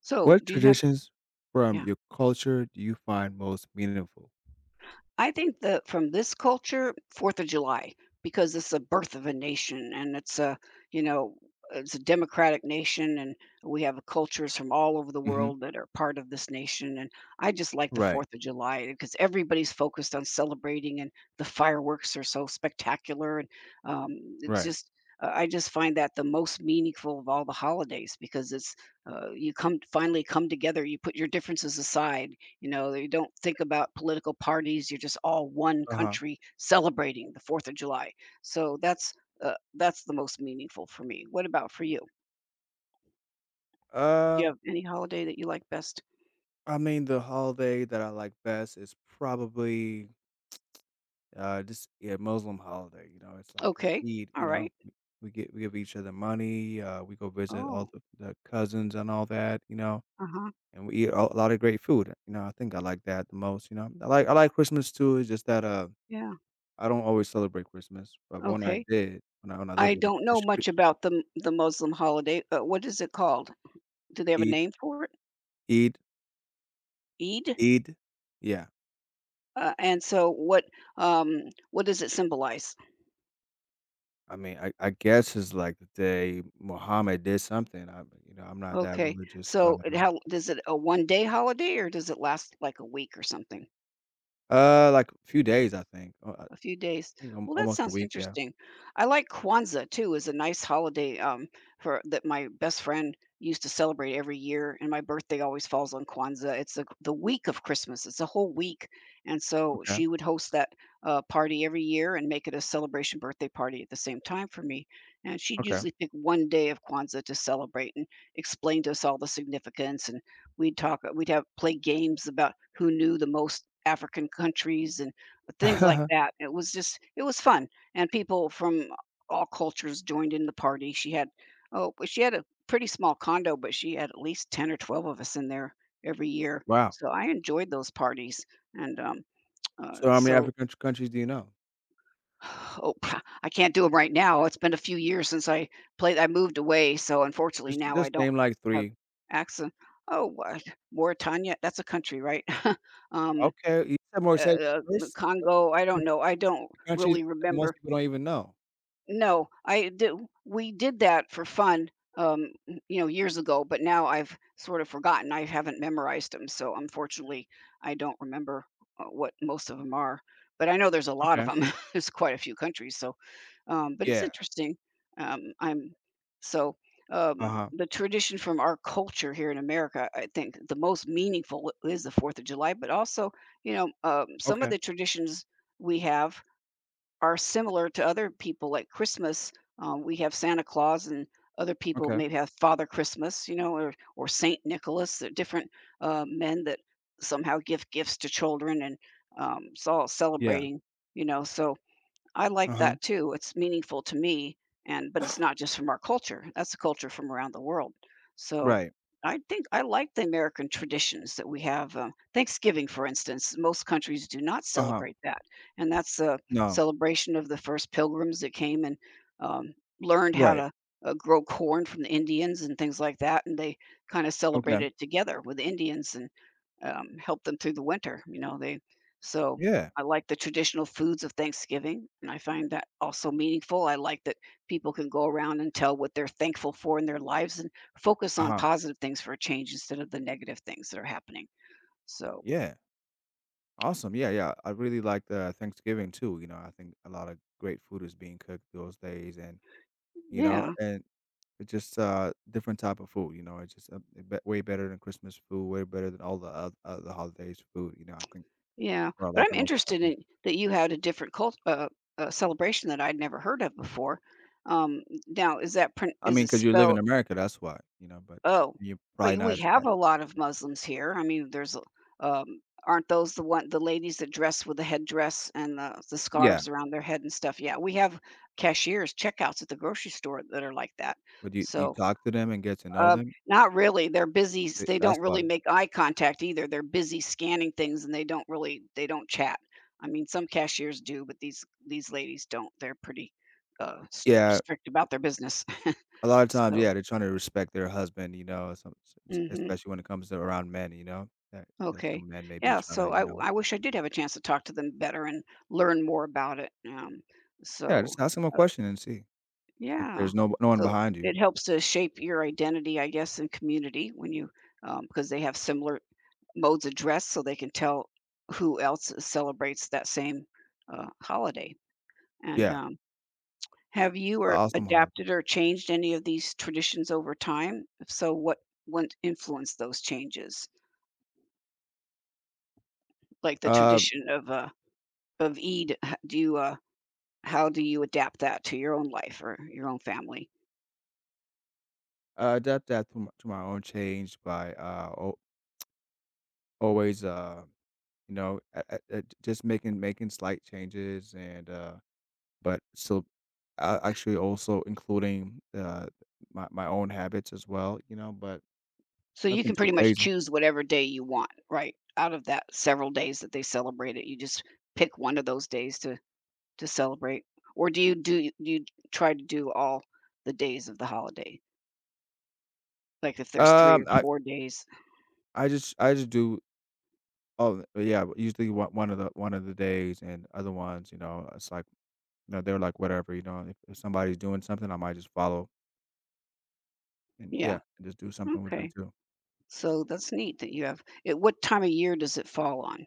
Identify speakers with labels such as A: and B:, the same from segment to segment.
A: So,
B: What
A: do you have
B: traditions from
A: yeah.
B: your culture do you find most meaningful?
A: I think that from this culture, 4th of July, because it's the birth of a nation and you know, it's a democratic nation, and we have cultures from all over the
B: Hmm.
A: world that are part of this nation. And I just like the
B: Right.
A: 4th of July because everybody's focused on celebrating, and the fireworks are so spectacular, and um, it's
B: Right.
A: just I just find that the most meaningful of all the holidays because it's you come finally come together, you put your differences aside. You know, you don't think about political parties. You're just all one
B: Uh huh.
A: country celebrating the 4th of July. So that's the most meaningful for me. What about for you? Do you
B: Um,
A: have any holiday that you like best?
B: I mean, the holiday that I like best is probably just yeah Muslim holiday. You know, it's like an
A: Okay,
B: Eid.
A: all
B: You know,
A: right.
B: we give each other money. We go visit all
A: Oh,
B: the cousins and all that. You know,
A: uh huh.
B: and we eat a lot of great food. You know, I think I like that the most. You know, I like Christmas too. It's just that
A: Yeah.
B: I don't always celebrate Christmas, but when I
A: Okay.
B: did, when I
A: I
B: lived with a
A: don't know
B: Christian.
A: much about the Muslim holiday. What is it called? Do they have a
B: Eid.
A: name for it?
B: Eid.
A: Eid.
B: Eid. Yeah,
A: And so, um, what does it symbolize?
B: I mean, I guess is like the day Muhammad did something. I'm not that
A: Okay,
B: religious, but,
A: so how does it, a 1 day holiday, or does it last like a week or something?
B: like a few days, I think. I
A: A few days.
B: think al
A: Well, that
B: almost a
A: sounds
B: week, yeah.
A: interesting. I like Kwanzaa too, is a nice holiday, for that my best friend used to celebrate every year, and my birthday always falls on Kwanzaa. It's the week of Christmas. It's a whole week, and so
B: Okay,
A: she would host that party every year and make it a celebration birthday party at the same time for me. And she'd
B: okay.
A: usually pick one day of Kwanzaa to celebrate and explain to us all the significance. And we'd talk. We'd have play games about who knew the most African countries and things like that. It was fun, and people from all cultures joined in the party. But she had a pretty small condo, but she had at least 10 or 12 of us in there every year.
B: Wow.
A: So I enjoyed those parties, and,
B: So how many
A: so
B: African c countries do you know?
A: oh, I can't do them right now. It's been a few years since I moved away, so unfortunately
B: Just
A: now I
B: just
A: don't
B: name, like,
A: have
B: 3.
A: access. Oh, what, Mauritania, that's a country, right? Um,
B: Okay, you said
A: uh,
B: Morocco
A: uh,
B: first?
A: Congo, I don't know. I don't
B: Countries
A: really
B: that
A: remember.
B: most people don't even know.
A: No, I do, we did that for fun, um, you know, years ago, but now I've sort of forgotten. I haven't memorized Memorized them, so unfortunately, I don't remember, what most of them are, but I know there's a lot of
B: Okay.
A: them. There's quite a few countries, so, but it's
B: Yeah.
A: interesting. Um, I'm so,
B: Uh-huh.
A: the tradition from our culture here in America, I think the most meaningful is the 4th of July, but also, some of
B: Okay,
A: the traditions we have are similar to other people. Like Christmas, we have Santa Claus, and other people
B: okay.
A: maybe have Father Christmas, you know, or Saint Nicholas. They're different men that somehow give gifts to children, and it's all
B: Yeah.
A: celebrating, you know. So I like
B: Uh-huh.
A: that too. It's meaningful to me, and but it's not just from our culture. That's a culture from around the world. So
B: Right.
A: I think I like the American traditions that we have. Thanksgiving, for instance, most countries do not
B: Uh-huh.
A: celebrate that, and that's a
B: No.
A: celebration of the first pilgrims that came and um, learned how
B: Right.
A: to grow corn from the Indians and things like that, and they kind of celebrated
B: Okay.
A: it together with the Indians and helped them through the winter. You know, they so
B: Yeah.
A: I like the traditional foods of Thanksgiving, and I find that also meaningful. I like that people can go around and tell what they're thankful for in their lives and focus on
B: Uh-huh.
A: positive things for a change instead of the negative things that are happening. So,
B: Yeah. Awesome. Yeah, yeah. I really like Thanksgiving too. You know, I think a lot of great food is being cooked those days, and you know,
A: yeah,
B: and it's just different type of food. You know, it's just way better than Christmas food, way better than all the other holidays food. You know, I think
A: yeah.
B: that's what I
A: But
B: like
A: I'm
B: the most. About
A: interested
B: thing.
A: in that you had a different cult celebration that I'd never heard of before. Um, Now, is that print?
B: I
A: Is
B: mean,
A: it
B: because you live in
A: spelled?
B: America, that's why. You know, but
A: Oh,
B: you're probably
A: but
B: not
A: we
B: as,
A: have
B: as
A: a lot of Muslims here. I mean, there's a um, aren't those the one, the ladies that dress with the headdress and the
B: yeah.
A: scarves around their head and stuff? Yeah, we have cashiers, checkouts at the grocery store that are like that.
B: But you
A: So,
B: talk to them and get to know
A: uh,
B: them.
A: not really. They're busy.
B: Th-
A: They
B: That's
A: don't
B: why.
A: really make eye contact either. They're busy scanning things and they don't chat. I mean, some cashiers do, but these ladies don't. They're pretty
B: Yeah,
A: strict about their business.
B: a lot of times,
A: So.
B: yeah, they're trying to respect their husband, you know, some s s
A: Mhm.
B: especially when it comes to around men, you know, that 'cause
A: Okay.
B: some men may be
A: Yeah.
B: trying to,
A: So I,
B: you know.
A: I wish I did have a chance to talk to them better and learn more about it.
B: Yeah,
A: So,
B: just ask them a
A: uh,
B: question and see if
A: yeah.
B: there's no one
A: So
B: behind you.
A: it helps to shape your identity, I guess, in community when you, because they have similar modes of dress so they can tell who else celebrates that same holiday. And
B: Yeah,
A: Have you
B: it's an
A: or
B: awesome holiday.
A: adapted or changed any of these traditions over time? If so, what influenced those changes? Like the
B: Uh,
A: tradition of Eid, do you how do you adapt that to your own life or your own family?
B: I adapt that to my own change by, al always, just making slight changes and, but still a actually also including, my own habits as well, you know, but
A: So you
B: nothing
A: can
B: too
A: pretty much
B: crazy.
A: choose whatever day you want, right? Out of that several days that they celebrate it, you just pick one of those days to celebrate. Or do you try to do all the days of the holiday? Like if there's 3 or
B: Um, I
A: 4 days.
B: I just do oh, yeah, usually one of the days and other ones, you know, it's like, they're like whatever, if, somebody's doing something, I might just follow and
A: Yeah,
B: yeah, and just do something with them
A: okay.
B: too.
A: So that's neat that you have it, what time of year does it fall on?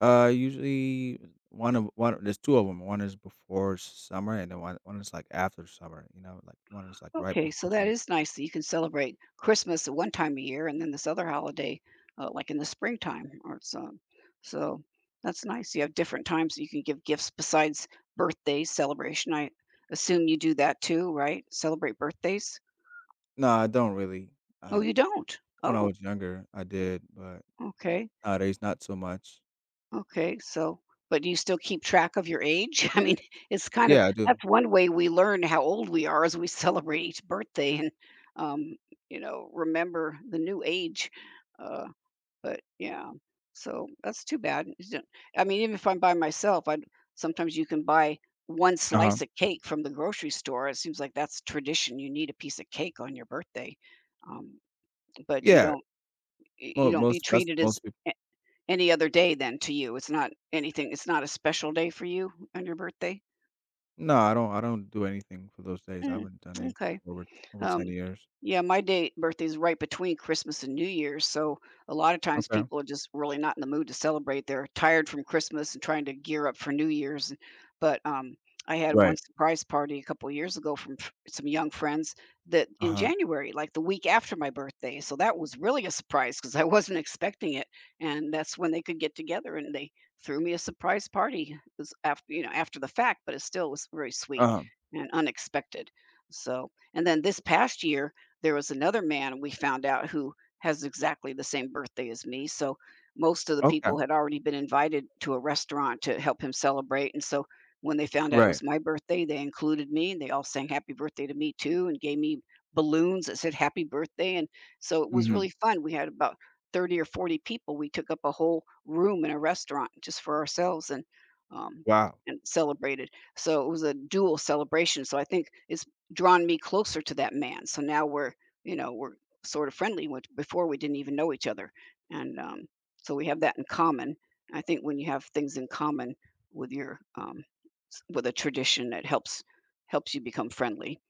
B: Usually one of one there's two of them. One is before summer and then one is like after summer, you know, like one is like right
A: Okay, so
B: before
A: that
B: summer.
A: is nice that you can celebrate Christmas at one time a year and then this other holiday, like in the springtime or so. So that's nice. You have different times that you can give gifts besides birthday celebration. I assume you do that too, right? Celebrate birthdays?
B: No, I don't really.
A: Oh,
B: Uh,
A: you don't.
B: when I
A: Oh,
B: was younger, I did, but
A: okay.
B: nowadays not so much.
A: Okay. So, but do you still keep track of your age? I mean, it's kind of
B: Yeah, I do.
A: that's one way we learn how old we are as we celebrate each birthday, and, um, you know, remember the new age. Uh, But yeah, so that's too bad. It's d I mean, even if I'm by myself, I sometimes you can buy 1
B: Uh-huh.
A: slice of cake from the grocery store. It seems like that's tradition. You need a piece of cake on your birthday, um, but
B: Yeah, mo
A: you don't, you
B: most
A: treat
B: that's
A: it as
B: most people.
A: a, any other day, then to you it's not anything, it's not a special day for you on your birthday?
B: No, I don't do anything for those days. I
A: Mm,
B: haven't done anything
A: okay.
B: for over
A: Um,
B: 10 years.
A: yeah, my day birthday is right between Christmas and New Year's, so a lot of times
B: Okay.
A: people are just really not in the mood to celebrate. They're tired from Christmas and trying to gear up for New Year's. But I had one
B: Right.
A: surprise party a couple years ago from some young friends that in
B: Uh-huh.
A: January, like the week after my birthday. So that was really a surprise because I wasn't expecting it, and that's when they could get together and they threw me a surprise party. It was after, you know, after the fact, but it still was very sweet
B: Uh-huh.
A: and unexpected. So and then this past year, there was another man we found out who has exactly the same birthday as me. So most of the
B: Okay.
A: people had already been invited to a restaurant to help him celebrate. And so when they found out it
B: Right.
A: was my birthday, they included me and they all sang happy birthday to me too and gave me balloons that said happy birthday. And so it was
B: Mhm.
A: really fun. We had about 30 or 40 people. We took up a whole room in a restaurant just for ourselves and um,
B: Wow.
A: celebrated. So it was a dual celebration. So I think it's drawn me closer to that man. So now we're, you know, we're sort of friendly, which before we didn't even know each other. And So we have that in common. I think when you have things in common with your with a tradition, that helps you become friendly.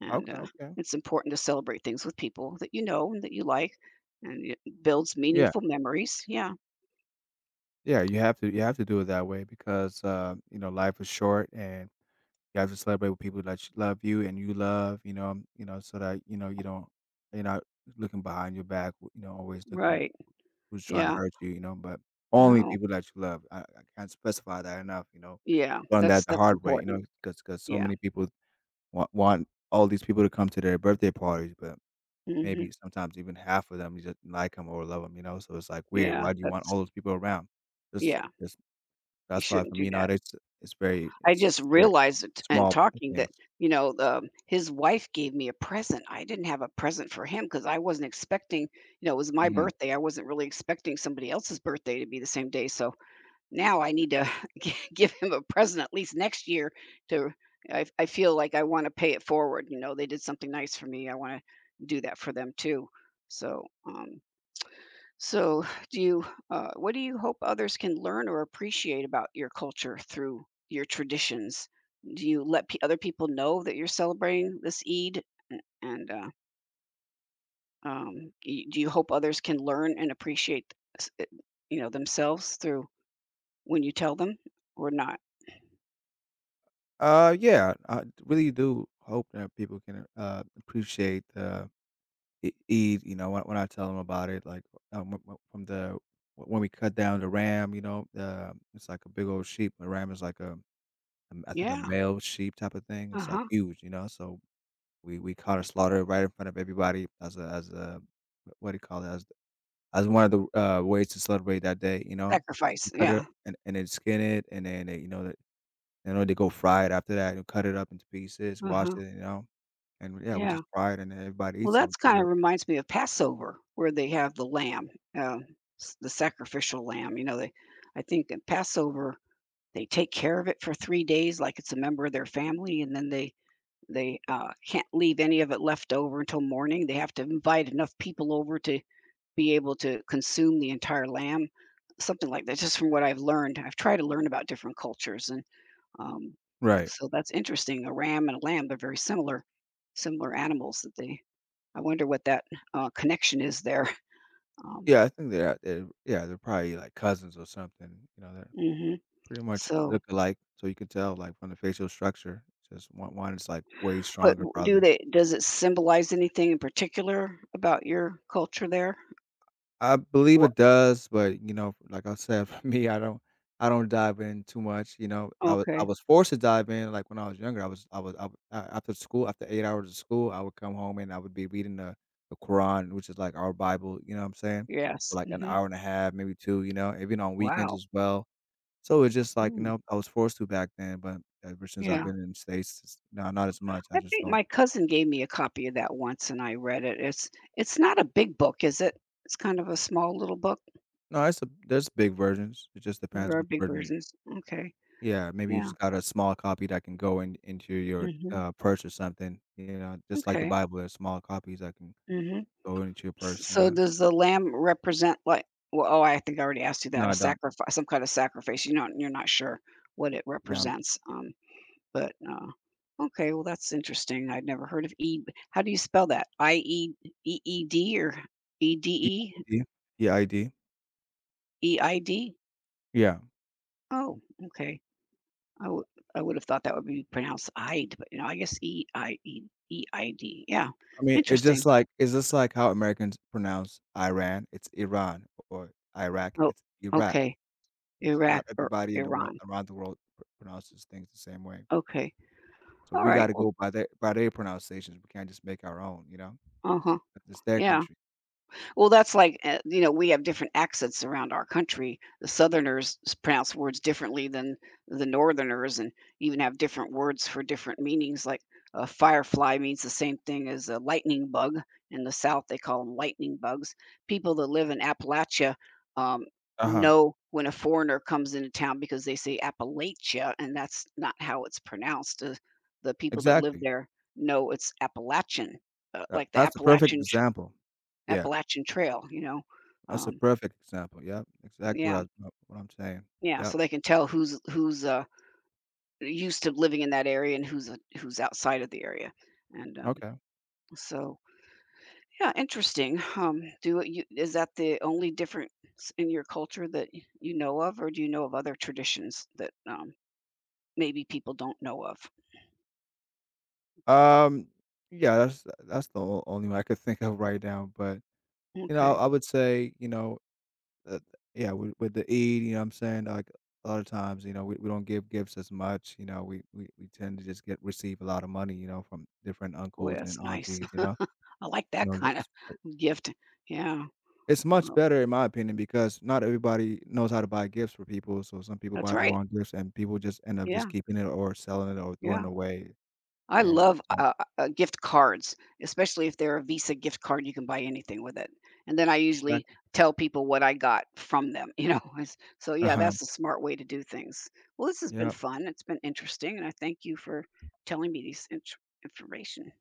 A: And
B: Okay, okay.
A: It's important to celebrate things with people that you know and that you like, and it builds
B: Yeah.
A: meaningful memories. Yeah,
B: Yeah, you have to do it that way because, life is short and you have to celebrate with people that you love you and you love, so that, you're not looking behind your back, always looking
A: right.
B: who's trying to
A: Yeah,
B: hurt you, but only
A: no,
B: people that you love. I can't specify that enough, you know.
A: yeah,
B: I've learned that the
A: that's
B: hard way,
A: important.
B: because so
A: Yeah,
B: many people want all these people to come to their birthday parties, but
A: hmm,
B: maybe sometimes even half of them you just like them or love them. You know, so it's like weird.
A: yeah,
B: Why do you want all
A: that's
B: those people around?
A: yeah.
B: Just
A: You
B: That's why
A: shouldn't
B: for
A: do
B: me
A: that.
B: nowadays it's very
A: I
B: it's
A: just
B: very
A: realized it and
B: small
A: talking
B: things.
A: that, you know, his wife gave me a present. I didn't have a present for him because I wasn't expecting, you know, it was my
B: Mhm.
A: birthday. I wasn't really expecting somebody else's birthday to be the same day, so now I need to gi give him a present at least next year to, I feel like I wanna pay it forward, you know, they did something nice for me. I wanna do that for them too. So, um so, do you, what do you hope others can learn or appreciate about your culture through your traditions? Do you let pe other people know that you're celebrating this Eid? And, and uh, um, do you hope others can learn and appreciate, s- it- themselves through when you tell them or not?
B: Yeah, I really do hope that people can, appreciate the E Eid, you know, when I tell them about it, like, w w from the wh- when we cut down the ram, you know, it's like a big old sheep. A ram is like a I think a
A: Yeah.
B: male sheep type of thing.
A: Uh
B: It's like
A: huh.
B: huge, you know, so we caught a slaughter right in front of everybody as a what do you call it? As one of the, ways to celebrate that day, you know?
A: Sacrifice.
B: You cut it
A: Yeah.
B: up and then skin it, and then they go fry it after that and cut it up into pieces,
A: Uh
B: wash
A: huh.
B: it, you know? And yeah, we
A: Yeah.
B: just fry it and everybody
A: Well,
B: eats it,
A: that's
B: you
A: kind
B: know?
A: of reminds me of Passover, where they have the lamb, uh, the sacrificial lamb. I think at Passover they take care of it for 3 days like it's a member of their family, and then they, can't leave any of it left over until morning. They have to invite enough people over to be able to consume the entire lamb, something like that, just from what I've learned. I've tried to learn about different cultures, and, um,
B: Right.
A: so that's interesting. A ram and a lamb, they're very similar animals that they I wonder what that, connection is there. Um,
B: Yeah, I think they're out there yeah, they're probably, like, cousins or something, you know, they're
A: mhm.
B: pretty much
A: So
B: look alike, so you can tell, like, from the facial structure, just one is, like, way
A: But
B: stronger
A: w do
B: probably.
A: they does it symbolize anything in particular about your culture there?
B: I believe
A: What?
B: it does, but, you know, like I said, for me, I don't dive in too much, you know, I was I
A: Okay,
B: was forced to dive in, like, when I was younger, I was I was I w a after school after 8 hours of school, I would come home and I would be reading the Quran, which is, like, our Bible, you know what I'm saying? For,
A: yes,
B: like, an
A: mhm,
B: hour and a half, maybe 2, even on weekends
A: wow,
B: as well. So it's just like,
A: mm,
B: I was forced to back then, but ever since I've
A: yeah.
B: been in the States, it's no, not as much. I
A: I
B: just
A: think
B: don't.
A: my cousin gave me a copy of that once and I read it. It's not a big book, is it? It's kind of a small little book?
B: No, it's a there's big versions. It just
A: There
B: depends
A: are
B: which
A: big
B: version you
A: versions, okay,
B: yeah, maybe you
A: yeah,
B: just got a small copy that can go in into your,
A: mhm,
B: purse or something, you know, just like the
A: okay,
B: Bible, there's small copies that can
A: mhm.
B: go into your purse, you
A: So
B: know?
A: does the lamb represent, like, well, oh, I think I already asked you
B: No,
A: that, a
B: I don't.
A: sacrifice some kind of sacrifice, you know? You're not sure what it
B: Yeah,
A: represents, but, okay, well, that's interesting. I'd never heard of E how do you spell that? I-E, E-E-D or
B: yeah,
A: E-D-E?
B: ID. Yeah, ID.
A: E-I-D?
B: Yeah.
A: Oh, okay. I would I would have thought that would be pronounced "ide," but, you know, I guess E-I-E E-I-D. Yeah,
B: I mean, it's just
A: interesting.
B: like it's just like how Americans pronounce Iran, it's Iran, or
A: Oh,
B: Iraq.
A: okay.
B: It's
A: Iraq
B: not
A: or
B: everybody in the world
A: Iran.
B: around the world pr pronounces things the same way.
A: Okay.
B: So we
A: Alright,
B: gotta
A: well,
B: go by their pronunciations, we can't just make our own, you know?
A: uh-huh.
B: It's their
A: Yeah.
B: country.
A: Well, that's like, you know, we have different accents around our country. The Southerners pronounce words differently than the Northerners, and even have different words for different meanings. Like a firefly means the same thing as a lightning bug. In the South, they call them lightning bugs. People that live in Appalachia, um,
B: Uh-huh.
A: know when a foreigner comes into town because they say Appalachia, and that's not how it's pronounced. The people that live
B: Exactly.
A: there know it's Appalachian,
B: That
A: like the
B: that's a perfect example. Yeah,
A: Appalachian Trail, you know?
B: that's a
A: Um,
B: perfect example, yep, exactly
A: yeah,
B: what I'm saying.
A: yeah, so
B: Yep,
A: they can tell who's, used to living in that area and who's, who's outside of the area, and,
B: okay.
A: so yeah, interesting. Do it- you is that the only difference in your culture that y you know of, or do you know of other traditions that, maybe people don't know of?
B: Um, yeah, that's the o only one I could think of right now, but, you know,
A: Okay.
B: I would say, Uh, yeah, with, the Eid, you know what I'm saying? Like a lot of times, we don't give gifts as much. You know, we tend to just get receive a lot of money, from different
A: Boy,
B: uncles and
A: that's nice.
B: aunties, you know.
A: I like
B: You
A: that
B: know,
A: kinda
B: it's
A: gift. Yeah.
B: it's much
A: Well,
B: better in my opinion because not everybody knows how to buy gifts for people. So some people
A: that's
B: buy the
A: right.
B: wrong gifts and people just end up just
A: Yeah,
B: keeping it or selling it or
A: yeah.
B: throwing it away.
A: I
B: And
A: love, gift cards, especially if they're a Visa gift card, you can buy anything with it, and then I usually
B: exactly.
A: tell people what I got from them, you know?
B: Uh
A: Yeah,
B: huh.
A: that's a smart way to do things. Well, this has been
B: Yeah.
A: fun, it's been interesting, and I thank you for telling me these inch information.